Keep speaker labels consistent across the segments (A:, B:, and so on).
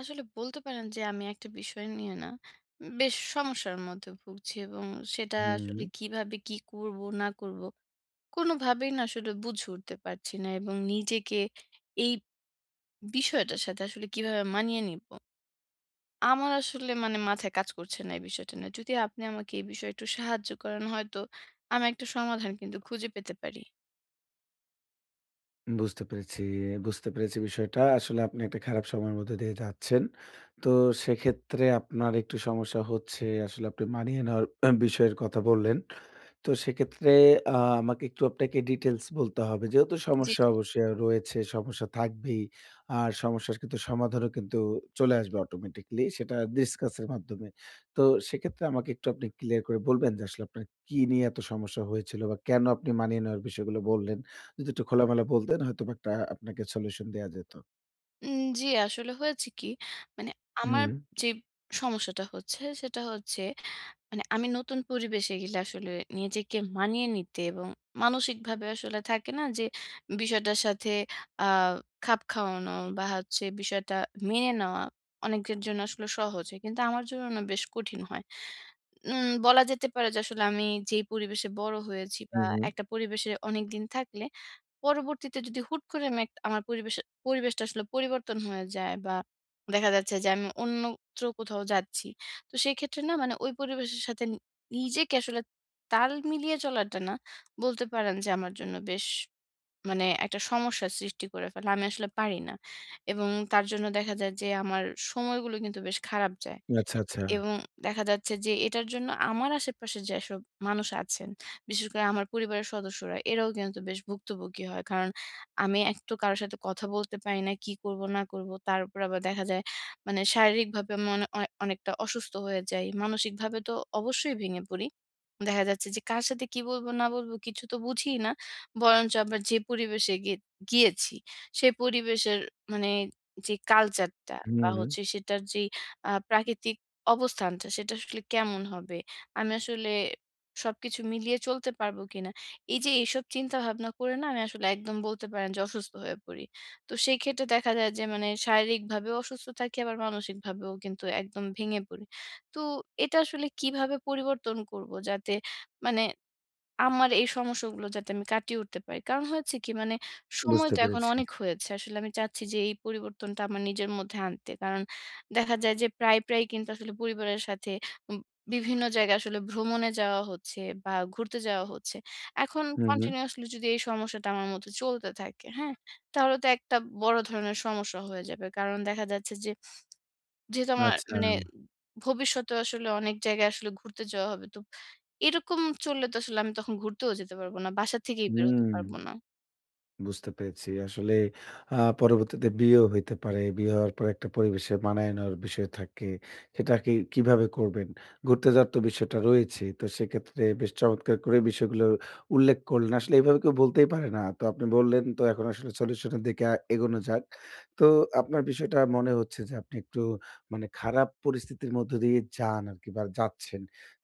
A: আসলে বলতে পারেন যে আমি একটা বিষয় নিয়ে না বেশ সমস্যার মধ্যে ভুগছি এবং সেটা
B: হুম,
A: আসলে কিভাবে কি করব না করব কোনোভাবেই না আসলে বুঝে উঠতে পারছি না এবং নিজেকে এই বিষয়টার সাথে আসলে কিভাবে মানিয়ে নিব, আমার আসলে মানে মাথায় কাজ করছে না এই বিষয়টা না। যদি আপনি আমাকে এই বিষয়ে একটু সাহায্য করেন হয়তো আমি একটা সমাধান কিন্তু খুঁজে পেতে পারি।
B: বুঝতে পেরেছি, বুঝতে পেরেছি বিষয়টা। আসলে আপনি একটা খারাপ সময়ের মধ্যে দিয়ে যাচ্ছেন। তো সেক্ষেত্রে আপনার একটু সমস্যা হচ্ছে। আসলে আপনি মানিয়ে নেওয়ার বিষয়ের কথা বললেন। তো সেক্ষেত্রে আ আমাকে একটু আপনাকে ডিটেইলস বলতে হবে। যেহেতু
A: জি,
B: সমস্যা
A: জি।
B: অবশ্যই রয়েছে, সমস্যা থাকবেই। আর সমস্যার কিন্তু সমাধানও কিন্তু চলে আসবে অটোমেটিক্যালি সেটা ডিসকাস এর মাধ্যমে। তো সেক্ষেত্রে আমাকে একটু আপনি ক্লিয়ার করে বলবেন যে আসলে আপনার কি নিয়ে এত সমস্যা হয়েছিল বা কেন আপনি মানিয়ে নেওয়ার বিষয়গুলো বললেন? যদি একটু খোলামেলা বলতেন হয়তোবা একটা আপনাকে সলিউশন দেয়া যেত।
A: জি, আসলে হয়েছে কি মানে আমার
B: হুম,
A: যে সমস্যাটা হচ্ছে সেটা হচ্ছে মানে আমি নতুন পরিবেশে গেলে আসলে নিজেকে মানিয়ে নিতে এবং মানসিকভাবে আসলে থাকে না যে বিষয়টার সাথে আহ খাপ খাওয়ানো বা হচ্ছে বিষয়টা মেনে নেওয়া অনেকের জন্য আসলে সহজ হয়, কিন্তু আমার জন্য না বেশ কঠিন হয়। বলা যেতে পারে যে আসলে আমি যেই পরিবেশে বড় হয়েছি বা
B: হুম।
A: একটা পরিবেশে অনেক দিন থাকলে পরবর্তীতে যদি হুট করে আমি আমার পরিবেশে পরিবেশটা আসলে পরিবর্তন হয়ে যায় বা দেখা যাচ্ছে যে আমি অন্যত্র কোথাও যাচ্ছি। তো সেক্ষেত্রে না মানে ওই পরিবেশের সাথে নিজেকে আসলে তাল মিলিয়ে চলাটা না বলতে পারেন যে আমার জন্য বেশ মানে একটা সমস্যার সৃষ্টি করে ফেলে। আমি আসলে পারি না। এবং তার জন্য দেখা যায় যে আমার সময়গুলো কিন্তু বেশ খারাপ যায়।
B: আচ্ছা, আচ্ছা।
A: এবং দেখা যাচ্ছে যে এটার জন্য আমার আশেপাশে যেসব মানুষ আছেন, বিশেষ করে আমার পরিবারের সদস্যরা, এরাও কিন্তু বেশ ভুক্তভোগী হয়। কারণ আমি এক তো কারো সাথে কথা বলতে পারি না, কি করব না করব। তার উপর আবার দেখা যায় মানে শারীরিকভাবে আমি অনেকটা অসুস্থ হয়ে যাই। মানসিকভাবে তো অবশ্যই ভেঙে পড়ি। দেখা যাচ্ছে যে কার সাথে কি বলবো না বলবো কিছু তো বুঝিই না। বরঞ্চ আবার যে পরিবেশে গিয়েছি, সে পরিবেশের মানে যে কালচারটা
B: হুম,
A: বা
B: হুম
A: হচ্ছে সেটার যেই প্রাকৃতিক অবস্থানটা সেটা আসলে কেমন হবে? আমি আসলে সবকিছু মিলিয়ে চলতে পারবো কিনা? এই যে এইসব চিন্তাভাবনা করে না আমি আসলে একদম বলতে পারেন যে অসুস্থ হয়ে পড়ি। তো সেই ক্ষেত্রে দেখা যায় যে মানে শারীরিকভাবেও অসুস্থ থাকি আবার মানসিকভাবেও কিন্তু একদম ভেঙে পড়ি। তো এটা আসলে কিভাবে পরিবর্তন করব? যাতে মানে আমার এই সমস্যাগুলো যাতে আমি কাটিয়ে উঠতে পারি। কারণ হয়েছে কি মানে সময়
B: বুঝতে
A: তো এখন
B: পেরেছি।
A: অনেক হয়েছে। আসলে আমি চাচ্ছি যে এই পরিবর্তনটা আমার নিজের মধ্যে আনতে। কারণ দেখা যায় যে প্রায়, প্রায় কিন্তু আসলে পরিবারের সাথে উম বিভিন্ন জায়গায় আসলে ভ্রমণে যাওয়া হচ্ছে বা ঘুরতে যাওয়া হচ্ছে। এখন
B: হুম, হুম।
A: কন্টিনিউয়াসলি যদি এই সমস্যাটা আমার মধ্যে চলতে থাকে, হ্যাঁ? তাহলে তো একটা বড় ধরনের সমস্যা হয়ে যাবে। কারণ দেখা যাচ্ছে যে যেহেতু আমার
B: আচ্ছা।
A: মানে ভবিষ্যতে আসলে অনেক জায়গায় আসলে ঘুরতে যাওয়া হবে। তো এরকম চললে তো আসলে আমি তখন ঘুরতেও যেতে পারবো না। বাসা থেকেই বের হতে
B: হুম।
A: পারবো না।
B: বুঝতে পেরেছি। আসলে পরবর্তীতে বিয়েও হইতে পারে। বিয়ে হওয়ার পর একটা পরিবেশে মানায় নেওয়ার বিষয় থাকে। সেটা কিভাবে করবেন? ঘুরতে যাওয়ার তো বিষয়টা রয়েছে। তো সেক্ষেত্রে বেশ চমৎকার করে বিষয়গুলো উল্লেখ করলেন। আসলে এভাবে কেউ বলতেই পারে না। তো আপনি বললেন তো এখন আসলে সলিউশন এর দিকে এগোনো যাক। তো আপনার বিষয়টা মনে হচ্ছে যে আপনি একটু খারাপ পরিস্থিতির মধ্য দিয়ে যান আরকি বা যাচ্ছেন।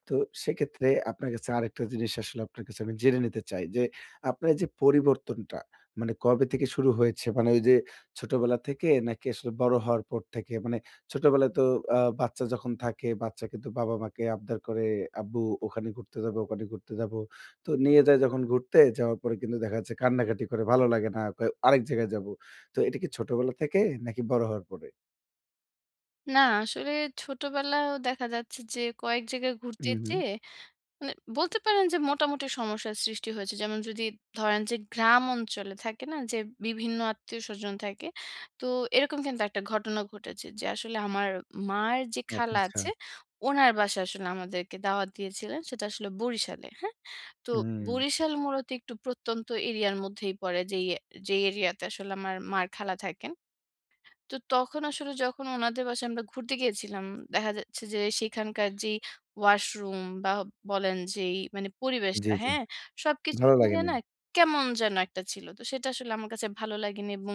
B: তো সেক্ষেত্রে আপনার কাছে আরেকটা জিনিস আসলে আপনার কাছে আমি জেনে নিতে চাই যে, আপনার এই যে পরিবর্তনটা কবে থেকে শুরু হয়েছে? মানে ওই যে ছোটবেলা থেকে নাকি আসলে বড় হওয়ার পর থেকে? মানে ছোটবেলায় তো বাচ্চা যখন থাকে, বাচ্চা কিন্তু বাবা-মাকে আবদার করে, "আব্বু ওখানে ঘুরতে যাবো, ওখানে ঘুরতে যাবো।" তো নিয়ে যায় যখন ঘুরতে, যাওয়ার পরে কিন্তু দেখা যাচ্ছে কান্নাকাটি করে, ভালো লাগে না, কয়, "আরেক জায়গায় যাবো।" তো এটা কি ছোটবেলা থেকে নাকি বড় হওয়ার পরে?
A: না, আসলে ছোটবেলায়ও দেখা যাচ্ছে যে কয়েক জায়গায় ঘুরতে
B: হুম, হুম।
A: যেয়ে মানে বলতে পারেন যে মোটামুটি সমস্যার সৃষ্টি হয়েছে। যেমন যদি ধরেন যে গ্রাম অঞ্চলে থাকে না যে বিভিন্ন আত্মীয়স্বজন থাকে। তো এরকম কিন্তু একটা ঘটনা ঘটেছে যে আসলে আমার মার যে
B: আচ্ছা,
A: খালা
B: আচ্ছা।
A: আছে উনার বাসায় আসলে আমাদেরকে দাওয়াত দিয়েছিলেন। সেটা আসলে বরিশালে, হ্যাঁ? তো
B: হুম।
A: বরিশাল মূলত একটু প্রত্যন্ত এরিয়ার মধ্যেই পড়ে যেই এরিয়াতে আসলে আমার মার খালা থাকেন। তো তখন আসলে যখন ওনাদের বাসায় আমরা ঘুরতে গিয়েছিলাম, দেখা যাচ্ছে যে সেখানকার যেই ওয়াশরুম বা বলেন যেই মানে
B: জি,
A: পরিবেশটা,
B: জি।
A: হ্যাঁ? সবকিছু
B: ভালো লাগে
A: মিলিয়ে না
B: নাই।
A: কেমন যেন একটা ছিল। তো সেটা আসলে আমার কাছে ভালো লাগেনি এবং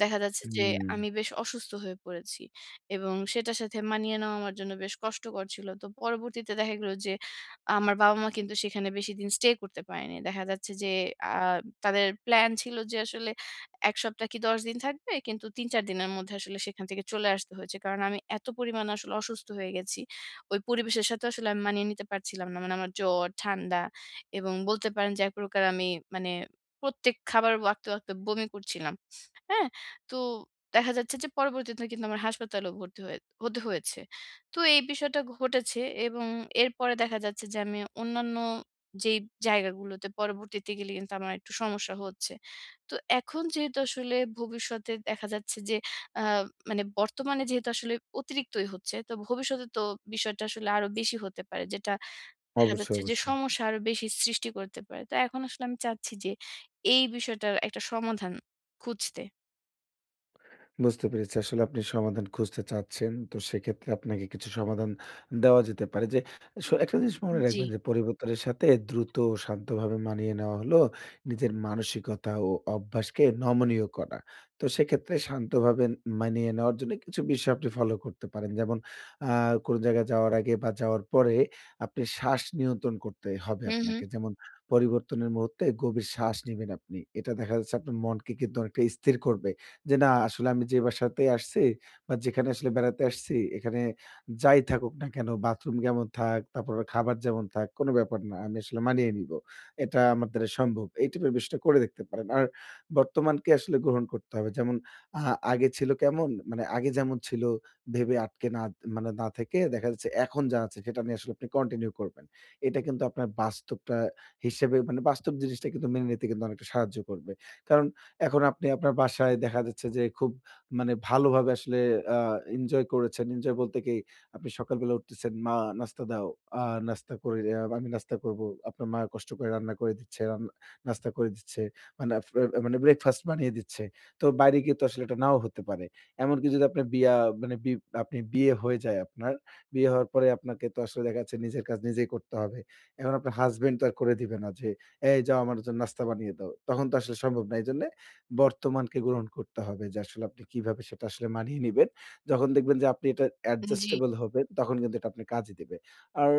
A: দেখা যাচ্ছে যে
B: হুম।
A: আমি বেশ অসুস্থ হয়ে পড়েছি এবং সেটার সাথে মানিয়ে নেওয়া আমার জন্য বেশ কষ্টকর ছিল। তো পরবর্তীতে দেখা গেল যে আমার বাবা-মা কিন্তু সেখানে বেশিদিন স্টে করতে পারেনি। দেখা যাচ্ছে যে আ তাদের প্ল্যান ছিল যে আসলে ১ সপ্তাহ কি ১০ দিন থাকবে। কিন্তু ৩-৪ দিনের মধ্যে আসলে সেখান থেকে চলে আসতে হয়েছে। কারণ আমি এত পরিমাণে আসলে অসুস্থ হয়ে গেছি। ওই পরিবেশের সাথে আসলে আমি মানিয়ে নিতে পারছিলাম না। মানে আমার জ্বর, ঠান্ডা এবং বলতে পারেন যে এক প্রকার আমি মানে প্রত্যেক খাবার ওয়াক্তে, ওয়াক্তে বমি করছিলাম। হ্যাঁ? তো দেখা যাচ্ছে যে পরবর্তীতে কিন্তু আমার হাসপাতালেও ভর্তি হতে হয়েছে। তো এই বিষয়টা ঘটেছে এবং এরপরে দেখা যাচ্ছে যে আমি অন্যান্য যেই জায়গাগুলোতে পরবর্তীতে গেলে কিন্তু আমার একটু সমস্যা হচ্ছে। তো এখন যেহেতু আসলে ভবিষ্যতে দেখা যাচ্ছে যে আ মানে বর্তমানে যেহেতু আসলে অতিরিক্তই হচ্ছে, তো ভবিষ্যতে তো বিষয়টা আসলে আরো বেশি হতে পারে। যেটা দেখা
B: অবশ্যই,
A: যাচ্ছে যে
B: অবশ্যই।
A: সমস্যা আরো বেশি সৃষ্টি করতে পারে। তো এখন আসলে আমি চাচ্ছি যে এই বিষয়টার একটা সমাধান খুঁজতে।
B: বুঝতে পেরেছি। আসলে আপনি সমাধান খুঁজতে চাচ্ছেন। তো সেক্ষেত্রে আপনাকে কিছু সমাধান দেওয়া যেতে পারে যে, একটা জিনিস মনে
A: জি।
B: রাখবেন যে পরিবর্তনের সাথে দ্রুত ও শান্তভাবে মানিয়ে নেওয়া হলো নিজের মানসিকতা ও অভ্যাসকে নমনীয় করা। তো সেক্ষেত্রে শান্তভাবে মানিয়ে নেওয়ার জন্য কিছু বিষয় আপনি ফলো করতে পারেন। যেমন আ কোন জায়গায় যাওয়ার আগে বা যাওয়ার পরে আপনি শ্বাস নিয়ন্ত্রণ করতে হবে
A: হুম, হুম।
B: আপনাকে। যেমন পরিবর্তনের মুহূর্তে গভীর শ্বাস নিবেন আপনি। এটা দেখা যাচ্ছে আপনার মনকে কিন্তু অনেকটা স্থির করবে। যে না আসলে আমি যে বাসাতে আসছি বা যেখানে আসলে বেড়াতে আসছি এখানে যাই থাকুক না কেন বাথরুম কেমন থাক, তারপর খাবার যেমন থাক কোনো ব্যাপার না। আমি আসলে মানিয়ে নিবো। এটা আমার দ্বারা সম্ভব। এই টাইপের বিষয়টা করে দেখতে পারেন। আর বর্তমানকে আসলে গ্রহণ করতে হবে। যেমন আ আগে ছিল কেমন মানে আগে যেমন ছিল ভেবে আটকে না থেকে দেখা যাচ্ছে এখন যা আছে সেটা নিয়ে আসলে আপনি কন্টিনিউ করবেন। এটা কিন্তু আপনার বাস্তবটা হিসেবে মানে বাস্তব জিনিসটা কিন্তু মেনে নিতে কিন্তু অনেকটা সাহায্য করবে। কারণ এখন আপনি আপনার বাসায় দেখা যাচ্ছে যে খুব ভালোভাবে আসলে আ এনজয় করেছেন। এনজয় বলতে কি আপনি সকালবেলা উঠতেছেন, "মা নাস্তা দাও।" আ নাস্তা করে আ আমি নাস্তা করবো। আপনার মা কষ্ট করে রান্না করে দিচ্ছে, নাস্তা করে দিচ্ছে। মানে আপ আ মানে ব্রেকফাস্ট বানিয়ে দিচ্ছে। তো বাইরে গিয়ে তো আসলে এটা নাও হতে পারে। এমনকি যদি আপনার বিয়া মানে বি আপনি বিয়ে হয়ে যায় আপনার, বিয়ে হওয়ার পরে আপনাকে তো আসলে দেখা যাচ্ছে নিজের কাজ নিজেই করতে হবে। এখন আপনার হাসব্যান্ড তো আর করে দিবে না যে, "এই যাও আমার জন্য নাস্তা বানিয়ে দাও।" তখন তো আসলে সম্ভব না। এইজন্যে বর্তমানকে গ্রহণ করতে হবে যে আসলে আপনি কিভাবে সেটা আসলে মানিয়ে নিবেন। যখন দেখবেন যে আপনি এটা
A: জি।
B: অ্যাডজাস্টেবল হবেন তখন কিন্তু এটা আপনার কাজে দিবে। আর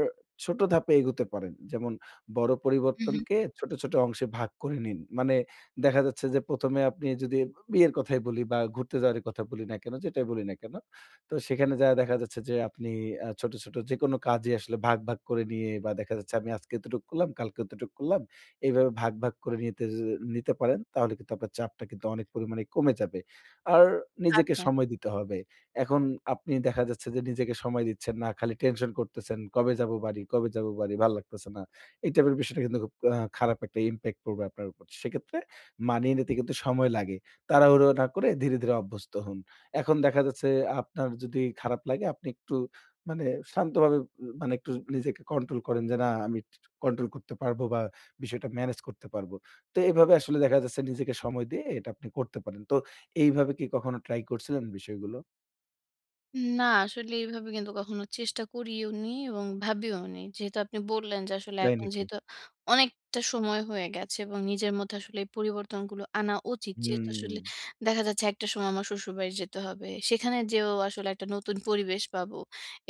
B: ছোট ধাপে এগুতে পারেন। যেমন বড়
A: হু, হুম।
B: পরিবর্তনকে ছোট, ছোট অংশে ভাগ করে নিন। মানে দেখা যাচ্ছে যে ১ম এ আপনি যদি বিয়ের কথাই বলি বা ঘুরতে যাওয়ার কথা বলি না কেন, যেটাই বলি না কেন। তো সেখানে যায়া দেখা যাচ্ছে যে আপনি ছোট, ছোট যেকোনো কাজই আসলে ভাগ, ভাগ করে নিয়ে বা দেখা যাচ্ছে আমি আজকে এতটুক করলাম, কালকে এতটুক করলাম। এইভাবে ভাগ, ভাগ করে নিতে পারেন তাহলে কিন্তু আপনার চাপটা কিন্তু অনেক পরিমাণে কমে যাবে। আর নিজেকে
A: আচ্ছা।
B: সময় দিতে হবে। এখন আপনি দেখা যাচ্ছে যে নিজেকে সময় দিচ্ছেন না। খালি টেনশন করতেছেন, "কবে যাবো বাড়ি, কবে যাবো বাড়ি?" ভাল লাগতেছে না। এই টাইপের বিষয়টা কিন্তু খুব খারাপ একটা ইমপ্যাক্ট পড়বে আপনার উপর। সেক্ষেত্রে মানিয়ে নিতে কিন্তু সময় লাগে। তাড়াহুড়ো না করে ধীরে, ধীরে অভ্যস্ত হন। এখন দেখা যাচ্ছে আপনার যদি খারাপ লাগে আপনি একটু মানে শান্তভাবে উ মানে একটু নিজেকে কন্ট্রোল করেন যে, "না আমি কন্ট্রোল করতে পারবো বা বিষয়টা ম্যানেজ করতে পারবো। তো এভাবে আসলে দেখা যাচ্ছে নিজেকে সময় দিয়ে এটা আপনি করতে পারেন। তো এইভাবে কি কখনো ট্রাই করছিলেন বিষয়গুলো?
A: না আসলে এভাবে কিন্তু কখনো চেষ্টা করিও নি এবং ভাবিও নি। যেহেতু আপনি বললেন যে আসলে
B: তাই
A: এখন
B: নাকি?
A: যেহেতু অনেকটা সময় হয়ে গেছে এবং নিজের মধ্যে আসলে এই পরিবর্তনগুলো আনা উচিত। যেহেতু
B: হুম।
A: আসলে দেখা যাচ্ছে একটা সময় আমার শ্বশুরবাড়ি যেতে হবে। সেখানে যেয়েও আসলে একটা নতুন পরিবেশ পাবো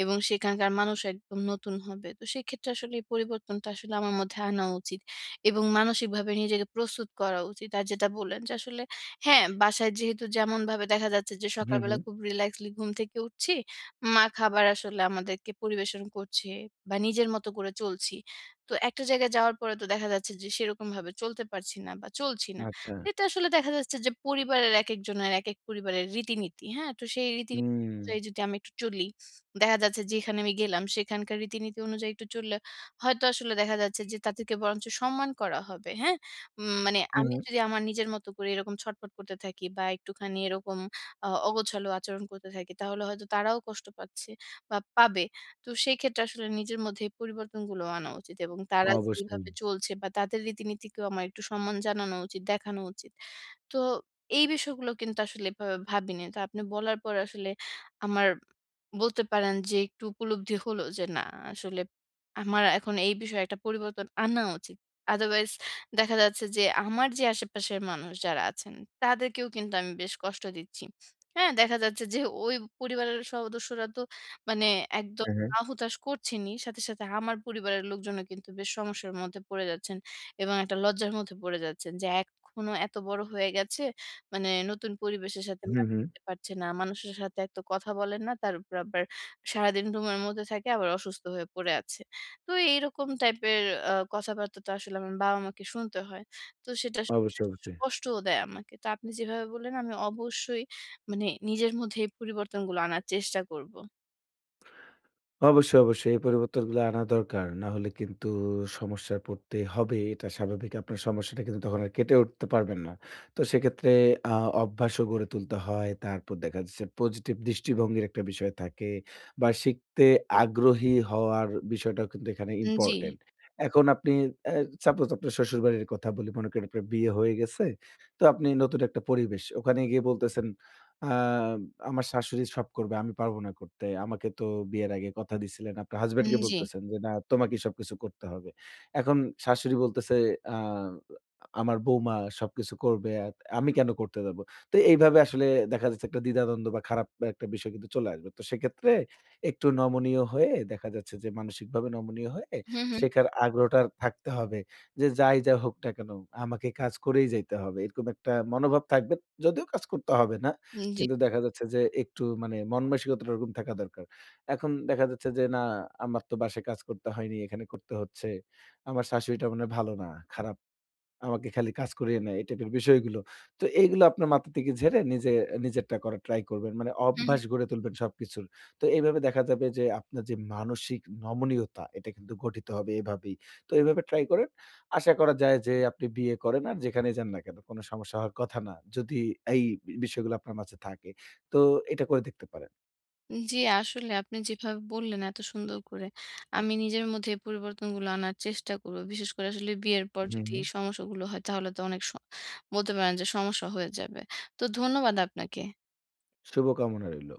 A: এবং সেখানকার মানুষ একদম নতুন হবে। তো সেক্ষেত্রে আসলে এই পরিবর্তনটা আসলে আমার মধ্যে আনা উচিত এবং মানসিকভাবে নিজেকে প্রস্তুত করা উচিত। আর যেটা বললেন যে আসলে হ্যাঁ, বাসায় যেহেতু যেমনভাবে দেখা যাচ্ছে যে
B: হুম,
A: সকালবেলা
B: হুম।
A: খুব রিল্যাক্সলি ঘুম থেকে উঠছি। মা খাবার আসলে আমাদেরকে পরিবেশন করছে বা নিজের মতো করে চলছি। তো একটা জায়গায় যাওয়ার পরে তো দেখা যাচ্ছে যে সেরকমভাবে চলতে পারছি না বা চলছি না।
B: আচ্ছা।
A: এটা আসলে দেখা যাচ্ছে যে পরিবারের একেকজনের একেক পরিবারের রীতিনীতি, হ্যাঁ? তো সেই রীতিনীতি
B: হুম।
A: অনুযায়ী যদি আমি একটু চলি, দেখা যাচ্ছে যেখানে আমি গেলাম সেখানকার রীতিনীতি অনুযায়ী একটু চললে হয়তো আসলে দেখা যাচ্ছে যে তাদেরকে বরঞ্চ সম্মান করা হবে, হ্যাঁ? মানে
B: হুম,
A: আমি
B: হুম।
A: যদি আমার নিজের মতো করে এরকম ছটফট করতে থাকি বা একটুখানি এরকম অগোছালো আচরণ করতে থাকি, তাহলে হয়তো তারাও কষ্ট পাচ্ছে বা পাবে। তো সেই ক্ষেত্রে আসলে নিজের মধ্যে এই পরিবর্তনগুলো আনা উচিত এবং তারা
B: অবশ্যই।
A: যেভাবে চলছে বা তাদের রীতিনীতিকেও আমার একটু সম্মান জানানো উচিত, দেখানো উচিত। তো এই বিষয়গুলো কিন্তু আসলে এভাবে ভাবিনি। তো আপনি বলার পর আসলে আমার বলতে পারেন যে একটু উপলব্ধি হলো যে, না আসলে আমার এখন এই বিষয়ে একটা পরিবর্তন আনা উচিত। আদারওয়াইজ দেখা যাচ্ছে যে আমার যে আশেপাশের মানুষ যারা আছেন তাদেরকেও কিন্তু আমি বেশ কষ্ট দিচ্ছি। হ্যাঁ? দেখা যাচ্ছে যে ওই পরিবারের সদস্যরা তো মানে একদম
B: হ্যাঁ, হ্যাঁ।
A: হা হুতাশ করছেনই। সাথে, সাথে আমার পরিবারের লোকজনও কিন্তু বেশ সমস্যার মধ্যে পড়ে যাচ্ছেন এবং একটা লজ্জার মধ্যে পড়ে যাচ্ছেন যে এখনো এত বড় হয়ে গেছে, মানে নতুন পরিবেশের সাথে
B: হুম,
A: মানিয়ে
B: হুম।
A: নিতে পারছে না। মানুষের সাথে এক তো কথা বলেন না, তার উপর আবার সারাদিন রুমের মধ্যে থাকে আবার অসুস্থ হয়ে পড়ে আছে। তো এইরকম টাইপের কথাবার্তা তো আসলে আমার বাবা-মাকে শুনতে হয়। তো সেটা আসলে
B: অবশ্যই,
A: বেশ
B: অবশ্যই।
A: কষ্টও দেয় আমাকে। তো আপনি যেভাবে বললেন আমি অবশ্যই মানে নিজের মধ্যে এই পরিবর্তনগুলো আনার চেষ্টা করব।
B: অবশ্যই, অবশ্যই। এই পরিবর্তনগুলো আনা দরকার। না হলে কিন্তু সমস্যায় পড়তে হবে। এটা স্বাভাবিক। আপনার সমস্যাটা কিন্তু তখন আর কেটে উঠতে পারবেন না। তো সেক্ষেত্রে আ অভ্যাসও গড়ে তুলতে হয়। তারপর দেখা যাচ্ছে পজিটিভ দৃষ্টিভঙ্গির একটা বিষয় থাকে বা শিখতে আগ্রহী হওয়ার বিষয়টাও কিন্তু এখানে
A: জি,
B: ইম্পোর্টেন্ট। এখন আপনি অ্যা সাপোজ আপনার শ্বশুরবাড়ির কথা বলি। মনে করেন আপনার বিয়ে হয়ে গেছে। তো আপনি নতুন একটা পরিবেশ। ওখানে গিয়ে বলতেছেন আ আমার শাশুড়ি সব করবে। আমি পারব না করতে। আমাকে তো বিয়ের আগে কথা দিছিলেন। আপনার হাসব্যান্ড কে
A: জি।
B: বলতেছেন যে, "না, তোমাকেই সবকিছু করতে হবে।" এখন শাশুড়ি বলতেছে, আ "আমার বৌমা সবকিছু করবে। আমি কেন করতে যাব?" তো এইভাবে আসলে দেখা যাচ্ছে একটা দ্বিধাদ্বন্দ্ব বা খারাপ একটা বিষয় কিন্তু চলে আসবে। তো সেক্ষেত্রে একটু নমনীয় হয়ে দেখা যাচ্ছে যে মানসিকভাবে নমনীয় হয়ে
A: হুম, হুম।
B: শেখার আগ্রহটা থাকতে হবে। যে যাই, যা হোক না কেন আমাকে কাজ করেই যাইতে হবে। এরকম একটা মনোভাব থাকবে। যদিও কাজ করতে হবে না।
A: জি।
B: কিন্তু দেখা যাচ্ছে যে একটু মন মানসিকতাটা ওরকম থাকা দরকার। এখন দেখা যাচ্ছে যে না আমার তো বাসায় কাজ করতে হয়নি, এখানে করতে হচ্ছে। আমার শাশুড়িটা মনে হয় ভালো না, খারাপ। আমাকে খালি কাজ করিয়ে নেয়, এই টাইপের বিষয়গুলো। তো এইগুলো আপনার মাথা থেকে ঝেড়ে নিজেরটা করার ট্রাই করবেন। মানে
A: হুম,
B: অভ্যাস গড়ে তুলবেন সবকিছুর। তো এইভাবে দেখা যাবে যে আপনার যে মানসিক নমনীয়তা এটা কিন্তু গঠিত হবে এভাবেই। তো এভাবে ট্রাই করেন। আশা করা যায় যে আপনি বিয়ে করেন আর যেখানেই যান না কেন কোনো সমস্যা হওয়ার কথা না। যদি এই বিষয়গুলো আপনার মাঝে থাকে। তো এটা করে দেখতে পারেন।
A: হুম। জি, আসলে আপনি যেভাবে বললেন এত সুন্দর করে, আমি নিজের মধ্যে এই পরিবর্তনগুলো আনার চেষ্টা করব। বিশেষ করে আসলে বিয়ের পর যদি
B: হুম।
A: এই সমস্যাগুলো হয় তাহলে তো অনেক বলতে পারেন যে সমস্যা হয়ে যাবে। তো ধন্যবাদ আপনাকে।
B: শুভকামনা রইল।